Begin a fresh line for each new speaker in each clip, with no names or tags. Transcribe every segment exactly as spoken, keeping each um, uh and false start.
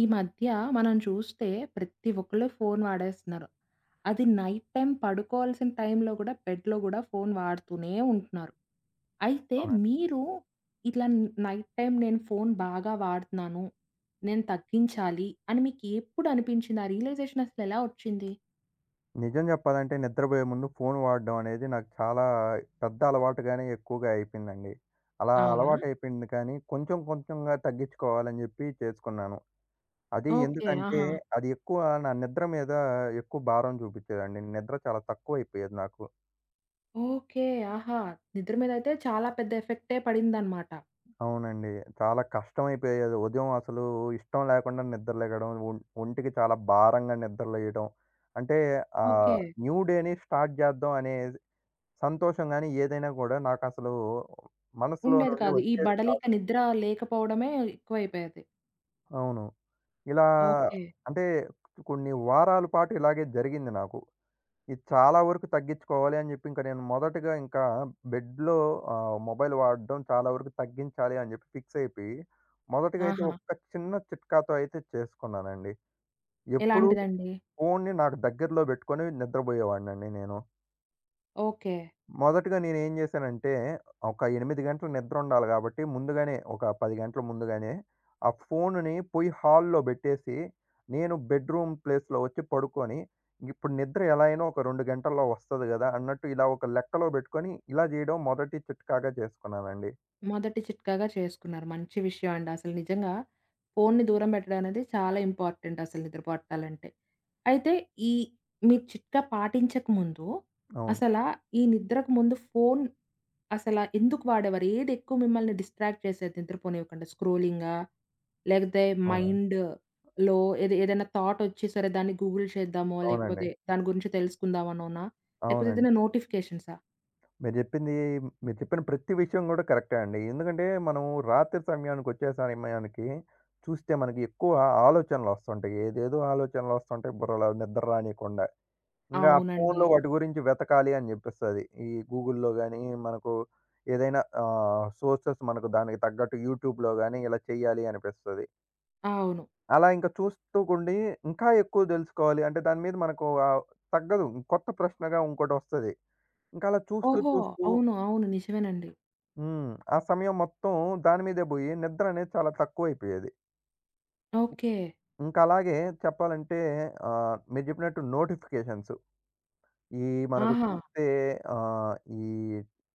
ఈ మధ్య మనం చూస్తే ప్రతి ఒక్కళ్ళు ఫోన్ వాడేస్తున్నారు. అది నైట్ టైమ్ పడుకోవాల్సిన టైంలో గూడా, బెడ్‌లో గూడా ఫోన్ వాడుతూనే ఉంటున్నారు. అయితే
అవునండి.
మీరు ఇట్లా నైట్ టైమ్ నేను ఫోన్ బాగా వాడుతున్నాను. నేను తగ్గించాలి అని మీకు ఎప్పుడు అనిపించింది? ఆ రియలైజేషన్ అసలు ఎలా వచ్చింది?
నిజం చెప్పాలంటే నిద్రపోయే ముందు ఫోన్ వాడడం అనేది నాకు చాలా పెద్ద అలవాటుగానే ఎక్కువగా అయిపోయిందండి. అలా
అవునా?
అలవాటు అయిపోయింది కానీ కొంచెం కొంచెంగా తగ్గించుకోవాలని చెప్పి చేసుకున్నాను. అది
ఓకే.
ఎందుకంటే
ఆహా!
అది ఎక్కువ నా నిద్ర మీద ఎక్కువ భారం చూపించేదండి. నిద్ర చాలా తక్కువైపోయేది నాకు.
ఓకే. ఆహా! నిద్ర మీద అయితే చాలా పెద్ద ఎఫెక్టే పడిందనమాట.
అవునండి. చాలా కష్టమైపోయేది. ఉదయం అసలు ఇష్టం లేకుండా నిద్రలెగడం, ఒం ఒంటికి చాలా భారంగా నిద్రలేయడం. అంటే
ఓకే.
ఆహ్, న్యూ డేని స్టార్ట్ చేద్దాం అనే సంతోషం గాని, ఏదైనా కూడా నాకసలు మనసులో
ఉండేది
నుండి
కాదు. ఈ
వచ్చేది
బడలిక
కాదు.
నిద్ర లేకపోవడమే ఎక్కువైపోయేది.
అవును. ఇలా
ఓకే.
అంటే కొన్ని వారాల పాటు ఇలాగే జరిగింది నాకు. ఇది చాలా వరకు తగ్గించుకోవాలి అని జెప్పి ఇంక నేను మొదటగా ఇంకా బెడ్‌లో ఆహ్, మొబైల్ వాడడం చాలా వరకు తగ్గించాలి అని జెప్పి ఫిక్స్ అయిపోయి, మొదటిగా అయితే
ఆహా!
ఒక్క చిన్న చిట్కాతో అయితే చేసుకున్నానండి. ఎప్పుడూ
ఎలాంటిదండి?
ఫోన్‌ని నాకు దగ్గరలో బెట్టుకొని నిద్రబోయేవాడినండి నేను.
ఓకే.
మొదటగా నేనేం జేశానంటే, ఒక ఎనిమిది గంటలు నిద్రుండాలి గాబట్టి, ముందుగానే ఒక పది గంటల ముందుగానే, ఆ ఫోనుని పోయి హాల్‌లో బెట్టేసి, నేను బెడ్‌రూమ్ ప్లేస్‌లో వచ్చి పడుకొని, ఇప్పుడు నిద్ర ఎలా అయినా ఒక రెండు గంటల్లో వస్తది గదా! అన్నట్టు ఇలా ఒక లెక్కలో బెట్టుకొని, ఇలా జేయడం మొదటి చిట్కాగా జేసుకున్నానండి.
మొదటి చిట్కాగా చేసుకున్నారు. మంచి విషయం అండి. అసలు నిజంగా ఫోన్‌ని దూరం పెట్టడం అనేది చాలా ఇంపార్టెంట్ అసలు నిద్ర పట్టాలంటే. అయితే ఈ మీ చిట్కా పాటించక ముందు
అవును.
అసలా ఈ నిద్రకు ముందు ఫోన్ అసలా ఎందుకు వాడేవారు? ఏది ఎక్కువ మిమ్మల్ని డిస్ట్రాక్ట్ చేసేది నిద్రపోనివ్వకుండా? స్క్రోలింగా? లేకపోతే
అవునా?
మైండ్‌లో ఏది ఏదైనా థాట్ వచ్చి సరే దాన్ని గూగుల్ చేద్దామో,
అవునండి.
లేకపోతే దాని గురించి తెలుసుకుందామనోనా? లేకపోతే
అవునండి.
ఏదైనా నోటిఫికేషన్సా?
మీరు చెప్పింది మీరు చెప్పిన ప్రతి విషయం గూడా కరెక్టే అండి. ఎందుకంటే, మనం రాత్రి సమయానికొచ్చే సమయానికి చూస్తే మనకి ఎక్కువ ఆలోచనలొస్తుంటాయి. ఏదేదో ఆలోచనలొస్తుంటాయి బుర్రలో నిద్ర రానీయకుండా. ఇంగా ఆ
అవునండి.
ఫోన్‌లో వాటి గురించి వెతకాలి అని జెప్పిస్తది. ఈ గూగుల్‌లో గానీ, మనకు ఏదైనా ఆహ్, సోర్సెస్ మనకు దానికి తగ్గట్టు యూట్యూబ్‌లో గానీ, ఇలా చేయాలి అనిపిస్తది.
అవును.
అలా ఇంకా చూస్తూ ఉండి ఇంకా ఎక్కువ దెలుసుకోవాలి అంటే, దాని మీద మనకు ఆహ్, తగ్గదు. కొత్త ప్రశ్నగా ఇంకోటొస్తది. ఇంకలా చూస్తూ,
ఓహో!
చూస్తూ
అవును. అవును. నిజమేనండి.
హ్మ్. ఆ సమయం మొత్తం దాని మీదే బోయి నిద్రనేది చాలా తక్కువైపోయేది.
ఓకే.
ఇంకా అలాగే చెప్పాలంటే ఆహ్, మీరు జెప్పినట్టు నోటిఫికేషన్స్ ఈ మనకు
ఆహా!
చూస్తే ఆహ్, ఈ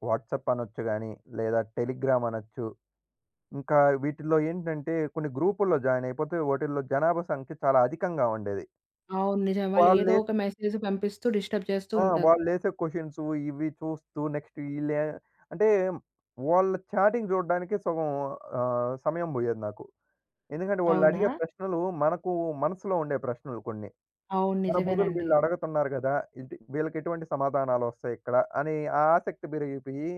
వాట్సాప్ అనొచ్చు గాని, లేదా టెలిగ్రామ్ అనొచ్చు. ఇంకా వీటిల్లో ఏంటంటే కొన్ని గ్రూపుల్లో జాయిన్ అయిపోతే వాటిల్లో జనాభా సంఖ్య చాలా అధికంగా ఉండేది.
అవును. నిజమే. వాళ్ళేదో ఒక
వాళ్ళేసే
మెసేజ్ పంపిస్తూ డిస్టర్బ్ చేస్తూ
ఆ!
ఉంటారు.
వాళ్ళేసే క్వెషన్స్ ఇవి చూస్తూ నెక్స్ట్ ఈళ్ళే అంటే వాళ్ళ చాటింగ్ జూడడానికి సగం ఆహ్, సమయం బోయేది నాకు. ఎందుకంటే వాళ్ళు
అవునా?
అడిగే ప్రశ్నలు మనకు మనసులో ఉండే ప్రశ్నలు కొన్ని.
అవును.
మన బదులు
నిజమేనండి.
వీళ్ళు అడగతున్నారు గదా! ఇటు వీళ్ళకి ఎటువంటి సమాధానాలు వస్తాయి ఇక్కడ అని ఆ ఆసక్తి పెరిగిపోయి,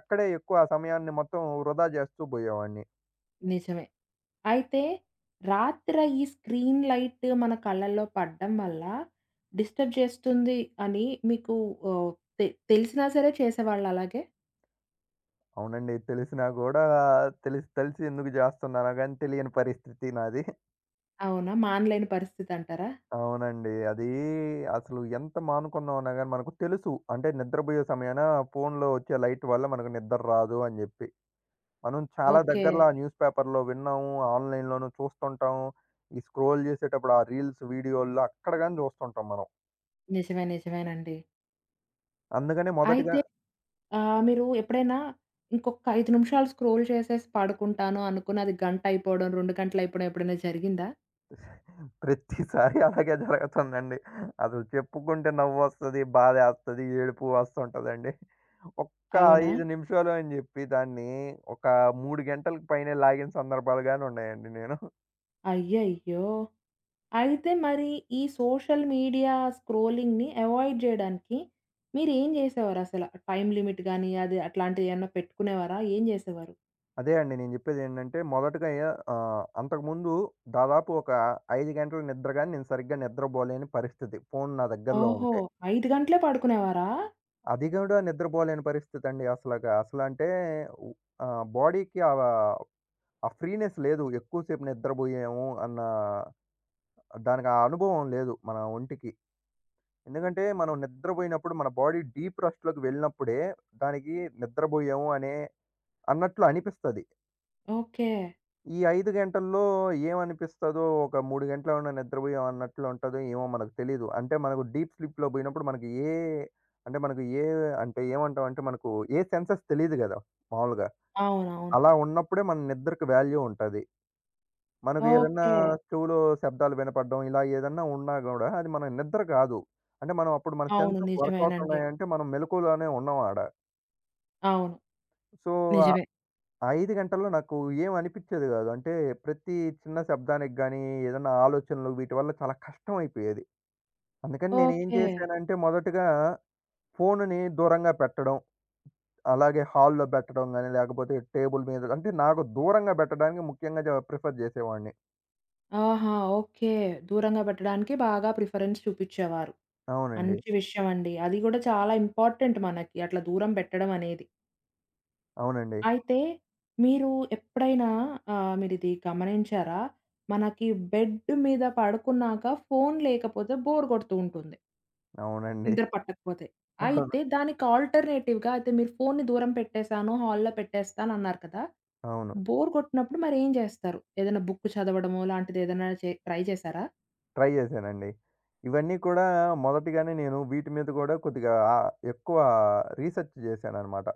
అక్కడే ఎక్కువ ఆ సమయాన్ని మొత్తం వృధా చేస్తూ పోయేవాడిని.
నిజమే. అయితే రాత్ర ఈ స్క్రీన్ లైట్ మన కళ్ళల్లో పడడం వల్ల డిస్టర్బ్ చేస్తుంది అని మీకు ఓహ్, తె తెలిసినా సరే చేసేవాళ్ళా అలాగే?
అవునండి. తెలిసినా గూడా తెలిసి తెలిసి ఎందుకు జేస్తున్నానో గాని తెలియని పరిస్థితి నాది.
అవునా? మానలేని పరిస్థితంటారా?
అవునండి. అది అసలు ఎంత మానుకున్నామన్నా గాని మనకు తెలుసు. అంటే నిద్రబోయే సమయాన ఫోన్‌లో వచ్చే లైట్ వల్ల మనకు నిద్ర రాదు అని జెప్పి. మనం చాలా
ఓకే.
దగ్గరలో ఆ న్యూస్ పేపర్‌లో విన్నాము. ఆన్‌లైన్‌లోనూ చూస్తుంటాం. ఈ స్క్రోల్ చేసేటప్పుడు ఆ రీల్స్, వీడియోల్లో అక్కడ గాని చూస్తుంటాం మనం.
నిజమే. నిజమేనండి.
అందుకని మొదటగా
అయితే ఆహ్, మీరు ఎప్పుడైనా ఇంకొక ఐదు నిమిషాలు స్క్రోల్ చేసేసి పడుకుంటాను అనుకుని అది గంట అయిపోవడం, రెండు గంటలయిపోవడం ఎప్పుడైనా జరిగిందా?
ప్రతిసారి అలాగే జరుగుతుందండి. అసలు చెప్పుకుంటే నవ్వొస్తది, బాధేస్తది, ఏడుపు వస్తుంటదండి. ఒక్క
అవునా?
ఐదు నిమిషాలు అని చెప్పి దాన్ని ఒక మూడు గంటలకు పైనే లాగిన సందర్భాలు గాని ఉన్నాయండి నేను.
అయ్యయ్యో! అయితే మరి ఈ సోషల్ మీడియా స్క్రోలింగ్‌ని అవాయిడ్ జేయడానికి మీరేం జేసేవారసల? టైమ్ లిమిట్ గాని, అది అట్లాంటియేమన్నా పెట్టుకునేవారా? ఏం జేసేవారు?
అదే అండి. నేను జెప్పేది ఏంటంటే మొదటగా ఆహ్, అంతకుముందు దాదాపు ఒక ఐదు గంటలు నిద్ర గాని నేను సరిగ్గా నిద్రబోలేని పరిస్థితి. ఫోను నా దగ్గరలో హ్మ్.
ఓహో!
ఉంటే.
ఐదు గంటలే పడుకునేవారా?
అది గూడా నిద్రబోలేని పరిస్థితి అండి అసలగా. అసలంటే ఉ ఆహ్, బాడీకి ఆహ్, ఆ ఫ్రీనెస్ లేదు. ఎక్కువ సేపు నిద్రబోయాము అన్న దానికి ఆ అనుభవం లేదు మన ఒంటికి. ఎందుకంటే మనం నిద్రబోయినప్పుడు మన బాడీ డీప్ రెస్ట్‌లోకి వెళ్ళినప్పుడే దానికి నిద్రబోయాము అనే అన్నట్లు అనిపిస్తది.
ఓకే.
ఈ ఐదు గంటల్లో ఏమనిపిస్తదో, ఒక మూడు గంటలేమన్నా నిద్రపోయాం అన్నట్లు ఉంటదో ఏమో మనకు తెలీదు. అంటే మనకు డీప్ స్లీప్‌లో బోయినప్పుడు మనకి ఏ అంటే మనకు ఏ అంటే ఏమంటామంటే మనకు ఏ సెన్సెస్ తెలీదు గదా! మామూలుగా.
అవునవును.
అలా ఉన్నప్పుడే మన నిద్రకు వాల్యూ ఉంటది. మనకు ఏదన్నా
ఓకే.
అవును. చెవులో శబ్దాలు వినపడడం, ఇలా ఏదన్నా ఉన్నా గూడా అది మన నిద్ర కాదు. అంటే మనం అప్పుడు మన
అవును.
సెన్సెస్ వర్క్
నిజమేనండి.
అవుతున్నాయంటే మనం మెలకువలోనే ఉన్నాం ఆడ.
అవును.
సో, ఆ
నిజమే.
ఆ ఐదు గంటల్లో నాకు ఏం అనిపిచ్చేది గాదు. అంటే ప్రతి చిన్న శబ్దానికి గానీ, ఏదన్నా ఆలోచనలు వీటి వల్ల చాలా కష్టం అయిపోయేది. అందుకని నేనేం
ఓకే.
చేశానంటే మొదటగా ఫోనుని దూరంగా పెట్టడం, అలాగే హాల్‌లో పెట్టడం గానీ, లేకపోతే టేబుల్ మీద అంటే నాకు దూరంగా పెట్టడానికి ముఖ్యంగా జ ప్రిఫర్ జేసేవాడిని.
ఆహా! ఓకే. దూరంగా పెట్టడానికి బాగా ప్రిఫరెన్స్ చూపిచ్చేవారు.
అవునండి.
మంచి విషయమండి. అది గూడా చాలా ఇంపార్టెంట్ మనకి అట్లా దూరం పెట్టడం అనేది.
అవునండి.
అయితే మీరు ఎప్పుడైనా ఆహ్, మీరిది గమనించారా? మనకి బెడ్ మీద పడుకున్నాక ఫోను లేకపోతే బోర్ కొడుతూ ఉంటుంది.
అవునండి.
నిద్ర పట్టకపోతే.
అవును.
అయితే దానికి ఆల్టర్‌నేటివ్‌గా అయితే మీరు ఫోనుని దూరం పెట్టేసాను, హాల్‌లో పెట్టేస్తానన్నారు కదా!
అవును.
బోర్ కొట్టినప్పుడు మరేం జేస్తారు? ఏదైనా బుక్ చదవడమో లాంటిదేదైనా చే ట్రై చేశారా?
ట్రై చేశానండి. ఇవన్నీ కూడా మొదటిగానే నేను వీటి మీద కూడా కొద్దిగా ఆహ్, ఎక్కువ రీసెర్చ్ చేశాననమాట.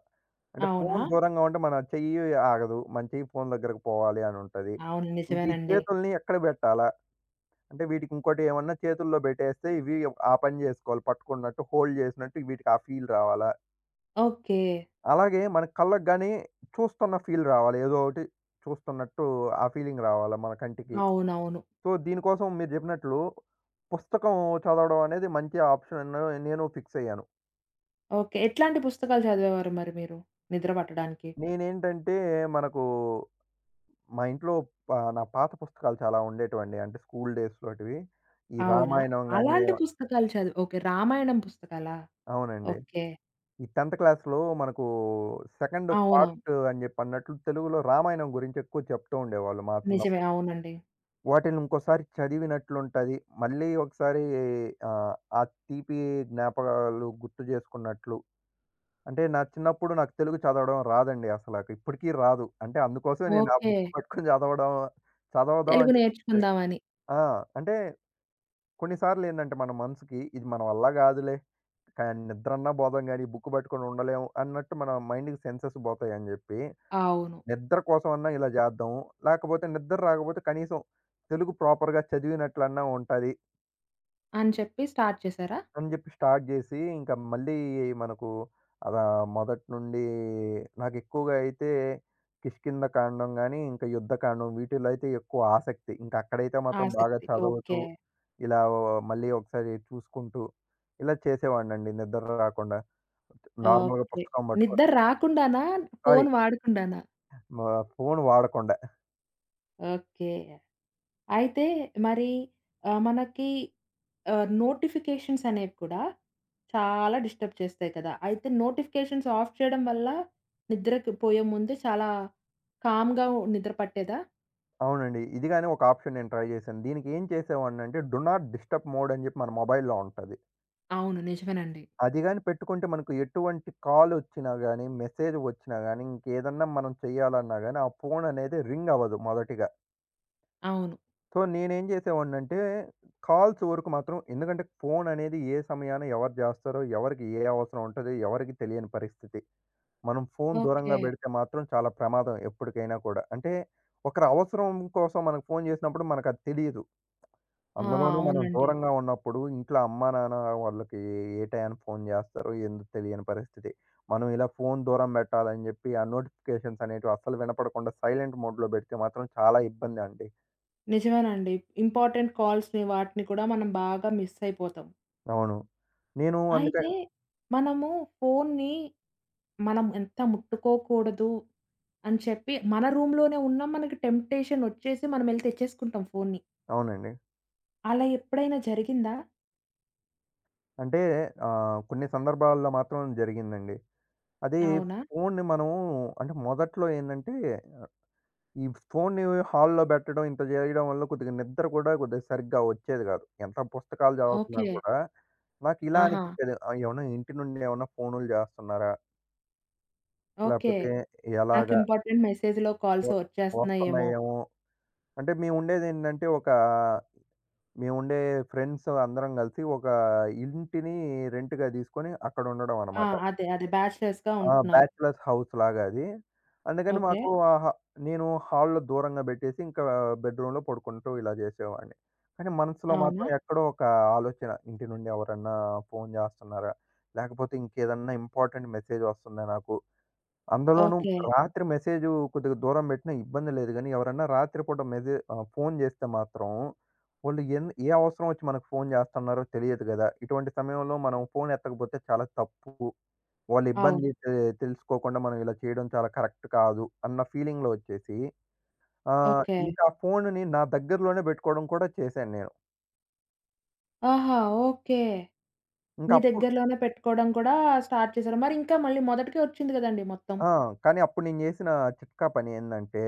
అంటే
అవునా?
ఫోను దూరంగా ఉంటే మన చెయ్యి ఆగదు. మన చెయ్యి ఫోను దగ్గరకి పోవాలి అని ఉంటది.
అవును.
ఇంక ఈ
నిజమేనండి.
చేతుల్ని ఎక్కడ పెట్టాలా? అంటే వీటికి ఇంకోటి ఏమన్నా చేతుల్లో పెట్టేస్తే ఇవి ఆ పని చేసుకోవాలి. పట్టుకున్నట్టు హోల్డ్ చేసినట్టు వీటికి ఆ ఫీల్ రావాలా?
ఓకే.
అలాగే మన కళ్ళకి గాని చూస్తున్న ఫీల్ రావాలి. ఏదో ఒకటి చూస్తున్నట్టు ఆ ఫీలింగ్ రావాలా మన కంటికి.
అవునవును.
సో, దీనికోసం మీరు జెప్పినట్లు పుస్తకం చదవడం అనేది మంచి ఆప్షన్ అని నేను ఫిక్స్ అయ్యాను.
ఓకే. ఎట్లాంటి పుస్తకాలు చదివేవారు మరి మీరు నిద్ర పట్టడానికి?
నేనేంటంటే మనకు మా ఇంట్లో ప నా పాత పుస్తకాలు చాలా ఉండేటివండి. అంటే స్కూల్ డేస్‌లోటివి. ఈ ఆహా!
అవునా?
రామాయణం గాని
అలాంటి పుస్తకాలు చదివి ఓకే. రామాయణం పుస్తకాలా?
అవునండి.
ఓకే.
ఈ పదో క్లాస్‌లో మనకు సెకండ్
అవునవును.
పార్ట్ అని జెప్పి అన్నట్లు తెలుగులో రామాయణం గురించి ఎక్కువ చెప్తూ ఉండేవాళ్ళు మా
నిజమే.
చిన్నప్పుడు.
అవునండి.
వాటిని ఇంకోసారి చదివినట్లుంటది. మళ్ళీ ఒకసారి ఆహ్, ఆ తీపి జ్ఞాపకాలు గుర్తు జేసుకున్నట్లు. అంటే నా చిన్నప్పుడు నాకు తెలుగు చదవడం రాదండి అసల. ఇప్పటికి రాదు. అంటే అందుకోసమే నేను ఆ
ఓకే.
బుక్ పట్టుకొని చదవడం, చదవదాం
తెలుగు
అని చెప్పి
నేర్చుకుందామని.
ఆ! అంటే కొన్ని సార్లు ఏందంటే మన మనసుకి ఇది మన వల్ల కాదులే. క నిద్రన్నా పోదాం గానీ, బుక్ పట్టుకొని ఉండలేము అన్నట్టు మన మైండ్‌కి సెన్సెస్ పోతాయని చెప్పి,
అవును.
నిద్ర కోసమన్నా ఇలా చేద్దాం. లేకపోతే నిద్ర రాకపోతే కనీసం తెలుగు ప్రాపర్‌గా చదివినట్లన్నా ఉంటది.
అని చెప్పి స్టార్ట్ చేశారా?
అని జెప్పి స్టార్ట్ జేసి, ఇంకా మళ్ళీ మనకు అలా మొదటి నుండి నాకెక్కువగా అయితే కిష్కింధ కాండం గాని, ఇంకా యుద్ధకాండం వీటిల్లో అయితే ఎక్కువ ఆసక్తి. ఇంకా అక్కడైతే మాత్రం బాగా
ఆసక్తి.
చదువుతూ,
ఓకే.
ఇలా మళ్ళీ ఒకసారి చూసుకుంటూ, ఇలా చేసేవాడినండి నిద్ర రాకుండా. నార్మల్‌గా
ఓకే.
పుస్తకం పట్టుకొని
నిద్ర రాకుండానా?
Sorry
phone వాడకుండానా?
ఆహ్, ఫోను వాడకుండా.
ఓకే. అయితే మరి ఆహ్, మనకి ఆహ్, నోటిఫికేషన్స్ అనేవి కూడా చాలా డిస్టర్బ్ చేస్తాయి కదా! అయితే నోటిఫికేషన్స్ ఆఫ్ చేయడం వల్ల నిద్రకి పోయే ముందు చాలా కామ్‌గా నిద్ర పట్టేదా?
అవునండి. ఇది గాని ఒక ఆప్షన్ నేను ట్రై జేశాను. దీనికి ఏం చేసేవాడినంటే, డు నాట్ డిస్టర్బ్ మోడ్ అని జెప్పి మన మొబైల్‌లో ఉంటది.
అవును. నిజమేనండి.
అది గాని పెట్టుకుంటే మనకు ఎటువంటి కాలొచ్చినా గాని, మెసేజ్ వచ్చినా గాని, ఇంకేదన్నా మనం చేయాలన్నా గాని, ఆ ఫోన్ అనేది రింగ్ అవ్వదు మొదటిగా.
అవును.
సో, నేనేం చేసేవాడినంటే, కాల్స్ వరకు మాత్రం ఎందుకంటే ఫోన్ అనేది ఏ సమయాన ఎవరు చేస్తారో, ఎవరికి ఏ అవసరం ఉంటది, ఎవరికీ తెలియని పరిస్థితి. మనం ఫోన్
ఓకే.
దూరంగా పెడితే మాత్రం చాలా ప్రమాదం ఎప్పటికైనా కూడా. అంటే ఒకరి అవసరం కోసం మనకు ఫోన్ చేసినప్పుడు మనకది తెలీదు.
ఆ!
అందులోనూ మనం
అవునండి.
దూరంగా ఉన్నప్పుడు ఇంట్లో అమ్మా, నాన్న వాళ్ళకి ఏ టయానికి ఫోన్ జేస్తారో ఏందో తెలియని పరిస్థితి. మనం ఇలా ఫోన్ దూరం బెట్టాలని జెప్పి, ఆ నోటిఫికేషన్స్ అనేటివి అస్సలు వినపడకుండా సైలెంట్ మోడ్‌లో బెడితే మాత్రం చాలా ఇబ్బందండి.
నిజమేనండి. ఇంపార్టెంట్ కాల్స్‌ని వాటిని కూడా మనం బాగా మిస్ అయిపోతాం.
అవును. నేను
అయితే
అందుకని
మనము ఫోన్ని మనం ఎంత ముట్టుకోకూడదు అని చెప్పి మన రూమ్‌లోనే ఉన్న మనకి టెంప్టేషన్ వచ్చేసి మనమెళ్లి తెచ్చేసుకుంటాం ఫోన్ని.
అవునండి.
అలా ఎప్పుడైనా జరిగిందా?
అంటే ఆహ్, కొన్ని సందర్భాల్లో మాత్రం జరిగిందండి. అది
అవునా?
ఫోన్‌ని మనం అంటే మొదట్లో ఏందంటే ఈ ఫోన్‌ని హాల్‌లో పెట్టడం, ఇంత జేయడం వల్ల కొద్దిగా నిద్ర కూడా కొద్దిగా సరిగ్గా వచ్చేది గాదు. ఎంత పుస్తకాలు చదువుతున్నా
ఓకే.
కూడా, నాకు ఇలా
ఆహా!
అనిపిచ్చేది. ఆహ్, ఏమన్నా ఇంటి నుండి ఏమన్నా ఫోనులు జేస్తున్నారా?
ఓకే.
లేపోతే
నాకు
ఎలాగా?
ఇంపార్టెంట్ మెసేజ్‌లో కాల్స్
వ
వచ్చేస్తున్నాయేమో.
వస్తున్నాయేమో! అంటే మేముండేదేంటంటే, ఒక మేముండే ఫ్రెండ్స్ అందరం గలిసి, ఒక ఇంటిని రెంట్‌గా తీసుకొని అక్కడుండడం
ఆ!
అనమాట.
అదే. అదే. బ్యాచ్‌లర్స్‌గా
ఆ!
ఉంటున్నారు.
బ్యాచ్‌లర్స్ హౌస్‌లాగా అది. అందుకని ఓహ్!
ఓకే.
మాకు ఆ హా నేను హాల్‌లో దూరంగా బెట్టేసి, ఇంకా బెడ్‌రూమ్‌లో పడుకుంటూ ఇలా జేసేవాడిని. కానీ మనసులో ఓహ్!
అవునా?
మాత్రం ఎక్కడో ఒక ఆలోచన, ఇంటి నుండి ఎవరన్నా ఫోను జేస్తున్నారా? లేకపోతే ఇంకేదన్నా ఇంపార్టెంట్ మెసేజ్ వస్తుందా నాకు? అందులోనూ
ఓకే.
రాత్రి మెసేజు కొద్దిగా దూరం బెట్టినా ఇబ్బంది లేదు గానీ, ఎవరన్నా రాత్రిపూట మెసే ఆహ్, ఫోను జేస్తే మాత్రం, వాళ్ళు ఎన్ ఏ అవసరం ఒచ్చి మనకు ఫోను జేస్తన్నారో తెలియదు గదా! ఇటువంటి సమయంలో మనం ఫోను ఎత్తకపోతే చాలా తప్పు. వాళ్ళ
అవును.
ఇబ్బంది తె తెలుసుకోకుండా మనం ఇలా చేయడం చాలా కరెక్ట్ కాదు అన్న ఫీలింగ్‌లో వచ్చేసి ఆహ్,
ఓకే.
ఇంకా ఆ ఫోనుని నా దగ్గరలోనే పెట్టుకోవడం కూడా చేశాను నేను.
ఆహా! ఓకే.
ఇంకా
మీ
అప్పుడు
దగ్గరలోనే పెట్టుకోవడం కూడా స్టార్ట్ చేశారు. మరి ఇంకా మళ్ళీ మొదటికే వచ్చింది కదండీ మొత్తం.
ఆ! కానీ అప్పుడు నేను చేసిన చిట్కా పని ఏందంటే,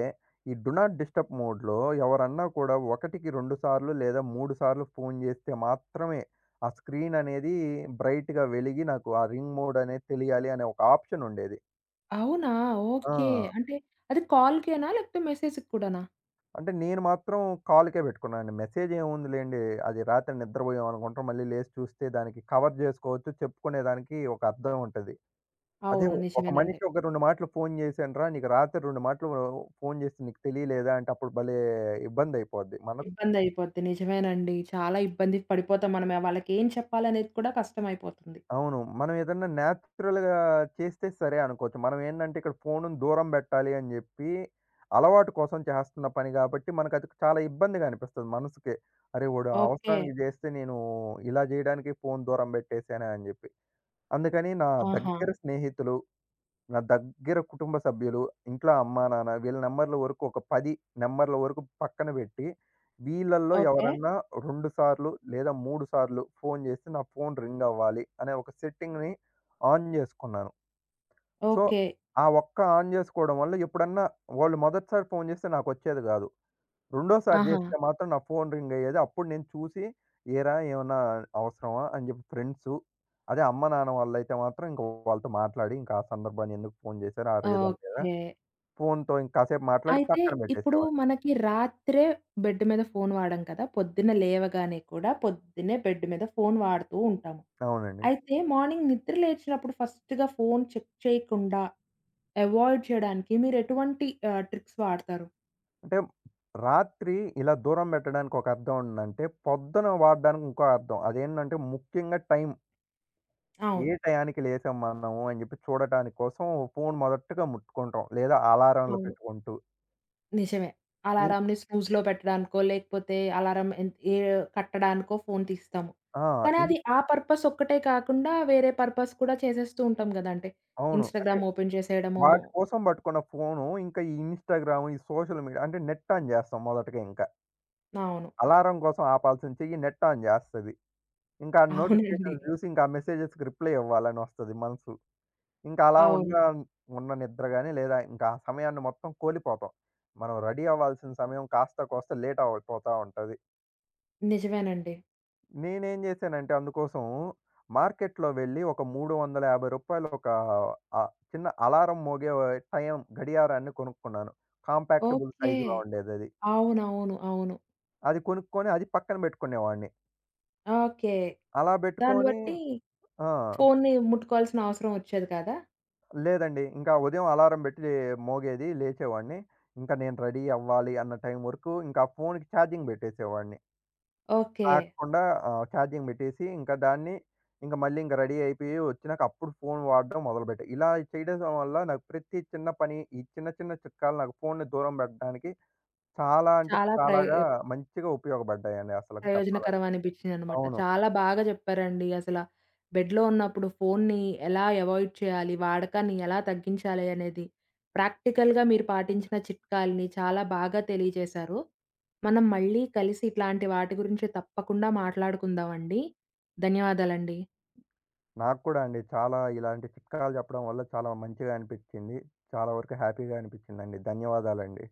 ఈ డు నాట్ డిస్టర్బ్ మోడ్‌లో ఎవరన్నా కూడా ఒకటికి రెండు సార్లు లేదా మూడు సార్లు ఫోను చేస్తే మాత్రమే ఆ స్క్రీన్ అనేది బ్రైట్‌గా వెలిగి నాకు ఆ రింగ్ మోడ్ అనేది తెలియాలి అనే ఒక ఆప్షన్ ఉండేది.
అవునా?
ఆ!
ఓకే. అంటే అది కాల్‌కేనా? లేకపోతే మెసేజ్‌కి కూడానా?
అంటే నేను మాత్రం కాల్‌కే పెట్టుకున్నానండి. మెసేజ్ ఏముంది లేండి. అది రాత్రి నిద్రపోయాం అనుకుంటాం. మళ్ళీ లేసి చూస్తే దానికి కవర్ జేసుకోవచ్చు. చెప్పుకునేదానికి ఒక అర్థం ఉంటది. అదే
అవును.
ఒక
నిజమేనండి.
మనిషి ఒక రెండు మాటలు ఫోను జేశానురా! నీకు రాత్రి రెండు మాటలు ఫోను జేస్తే నీకు తెలియలేదా? అంటే అప్పుడు భలే ఇబ్బందయిపోద్ది. మన
ఇబ్బందయిపోద్ది. నిజమేనండి. చాలా ఇబ్బంది పడిపోతాం మనమే. వాళ్ళకేం చెప్పాలనేది కూడా కష్టమైపోతుంది.
అవును. మనం ఏదన్నా నేచురల్‌గా చేస్తే సరే అనుకోవచ్చు. మనం ఏందంటే ఇక్కడ ఫోనుని దూరం బెట్టాలి అని జెప్పి, అలవాటు కోసం చేస్తున్న పని గాబట్టి, మనకది చాలా ఇబ్బందిగా అనిపిస్తది మనసుకే. అరే! వాడు
ఓకే.
అవసరానికి జేస్తే నేను ఇలా జేయడానికి ఫోను దూరం బెట్టేసానే అని జెప్పి. అందుకని నా
ఆహా!
దగ్గర స్నేహితులు నా దగ్గర కుటుంబ సభ్యులు, ఇంట్లో అమ్మా, నాన్న వీళ్ళ నంబర్‌ల వరకు ఒక పది నంబర్‌ల వరకు పక్కన పెట్టి, వీళ్ళల్లో
ఓకే.
ఎవరన్నా రెండు సార్లు లేదా మూడు సార్లు ఫోను చేస్తే నా ఫోను రింగ్ అవ్వాలి అనే ఒక సెట్టింగ్‌ని ఆన్ చేసుకున్నాను. So,
okay.
ఆ ఒక్క ఆన్ చేసుకోవడం వల్ల ఎప్పుడన్నా వాళ్ళు మొదటిసారి ఫోను చేస్తే నాకొచ్చేది కాదు. రెండోసారి
ఆహా!
జేస్తే మాత్రం నా ఫోన్ రింగ్ అయ్యేది. అప్పుడు నేను చూసి, ఏరా ఏమన్నా అవసరమా? అని జెప్పి ఫ్రెండ్సు, అదే అమ్మ, నాన్న వాళ్ళైతే మాత్రం ఇంక వాళ్ళతో మాట్లాడి, ఇంకా ఆ సందర్భాన్ని ఎందుకు ఫోన్ జేశారు? ఆ రీజన్ మీద
ఓకే.
ఫోన్‌తో ఇంక కాసేపు మాట్లాడి
అయితే
పక్కన
ఇప్పుడు
బెట్టేసేవాడిని.
మనకి రాత్రే బెడ్ మీద ఫోను వాడం కదా! పొద్దున్న లేవగానే కూడా పొద్దున్నే బెడ్ మీద ఫోను వాడుతూ ఉంటాము.
అవునండి.
అయితే మార్నింగ్ నిద్ర లేచినప్పుడు ఫస్ట్‌గా ఫోను చెక్ చేయకుండా అవాయిడ్ చేయడానికి మీరెటువంటి ఆహ్, ట్రిక్స్ వాడతారు?
అంటే రాత్రి ఇలా దూరం బెట్టడానికి ఒక అర్థం ఉందంటే, పొద్దున వాడడానికి ఇంకో అర్థం. అదేంటంటే ముఖ్యంగా టైం.
అవును.
ఏ టయానికి లేసాం మనము అని జెప్పి చూడటానికి కోసం ఫోన్ మొదటగా ముట్టుకుంటాం. లేదా అలారంలు
అవును.
పెట్టుకుంటూ.
నిజమే.
ఇన్
అలారంని స్నూజ్‌లో పెట్టడానికో, లేకపోతే అలారం ఎన్ ఏ కట్టడానికో ఫోను తీస్తాము.
ఆ!
కానీ
ఇందు
అది ఆ పర్పస్ ఒక్కటే కాకుండా వేరే పర్పస్ కూడా చేసేస్తూ ఉంటాం గదా! అంటే
అవును. అంటే
ఇన్‌స్టాగ్రామ్ ఓపెన్ చేసేయడము.
వాటి కోసం పట్టుకున్న ఫోను, ఇంకా ఈ ఇన్‌స్టాగ్రామ్, ఈ సోషల్ మీడియా అంటే నెట్ ఆన్ చేస్తాం మొదటగా ఇంకా.
అవును.
అలారం కోసం ఆపాల్సిన చెయ్యి నెట్ ఆన్ చేస్తది. ఇంకా ఆ
అవునండి.
నోటిఫికేషన్స్ చూసి ఇంకా ఆ మెసేజెస్‌కి రిప్లై ఇవ్వాలని వస్తది మనసు. ఇంకా అలా
అవును.
ఉన్న ఉన్న నిద్ర గాని లేదా ఇంకా ఆ సమయాన్ని మొత్తం కోల్పోతాం. మనం రెడీ అవ్వాల్సిన సమయం కాస్త కోస్త లేట్ అయిపోతా ఉంటది.
నిజమేనండి.
నేనేం జేశానంటే అందుకోసం మార్కెట్‌లో వెళ్ళి ఒక రూ. మూడు వందల యాభై ఒక ఆహ్, చిన్న అలారం మోగే టైం గడియారాన్ని కొనుక్కున్నాను. Compactable
okay.
సైజులో ఉండేదది.
అవునవును. అవును.
అది అది కొనుక్కొని అది పక్కన పెట్టుకునేవాడిని.
ఓకే.
అలా
దాన్ని
పెట్టుకొని
బట్టి
ఆ!
ఫోన్ని ముట్టుకోవాల్సిన అవసరం ఒచ్చేది కాదా?
లేదండి. ఇంకా ఉదయం అలారం పెట్టి మోగేది లేచేవాడిని. ఇంకా నేను రెడీ అవ్వాలి అన్న టైం వరకు ఇంకా ఫోన్‌కి ఛార్జింగ్ పెట్టేసేవాడిని.
ఓకే.
తాకకుండా ఆహ్, ఛార్జింగ్ పెట్టేసి, ఇంకా దాన్ని ఇంక మళ్ళీ ఇంక రెడీ అయిపోయి వచ్చినాక అప్పుడు ఫోను వాడడం మొదలుపెట్టా. ఇలా చేయడం వల్ల నాకు ప్రతి చిన్న పని, ఈ చిన్న చిన్న చిట్కాలు నాకు ఫోనుని దూరం పెట్టడానికి చాలా అంటే
చాలా ప్రయ్
చాలాగా మంచిగా ఉపయోగపడ్డాయండి అసలకి
ప్రయోజనకరం
చెప్పాలంటే.
అనిపించిందనమాట.
అవును.
చాలా బాగా చెప్పారండి. అసల బెడ్‌లో ఉన్నప్పుడు ఫోన్‌ని ఎలా అవాయిడ్ చేయాలి? వాడకాన్ని ఎలా తగ్గించాలి? అనేది ప్రాక్టికల్‌గా మీరు పాటించిన చిట్కాలని చాలా బాగా తెలియజేశారు. మనం మళ్ళీ కలిసి ఇట్లాంటి వాటి గురించి తప్పకుండా మాట్లాడుకుందామండి. ధన్యవాదాలండి.
నాకు కూడా అండి. చాలా ఇలాంటి చిట్కాలు చెప్పడం వల్ల చాలా మంచిగా అనిపిచ్చింది. చాలా వరకు హ్యాపీగా అనిపిచ్చిందండి. ధన్యవాదాలండి.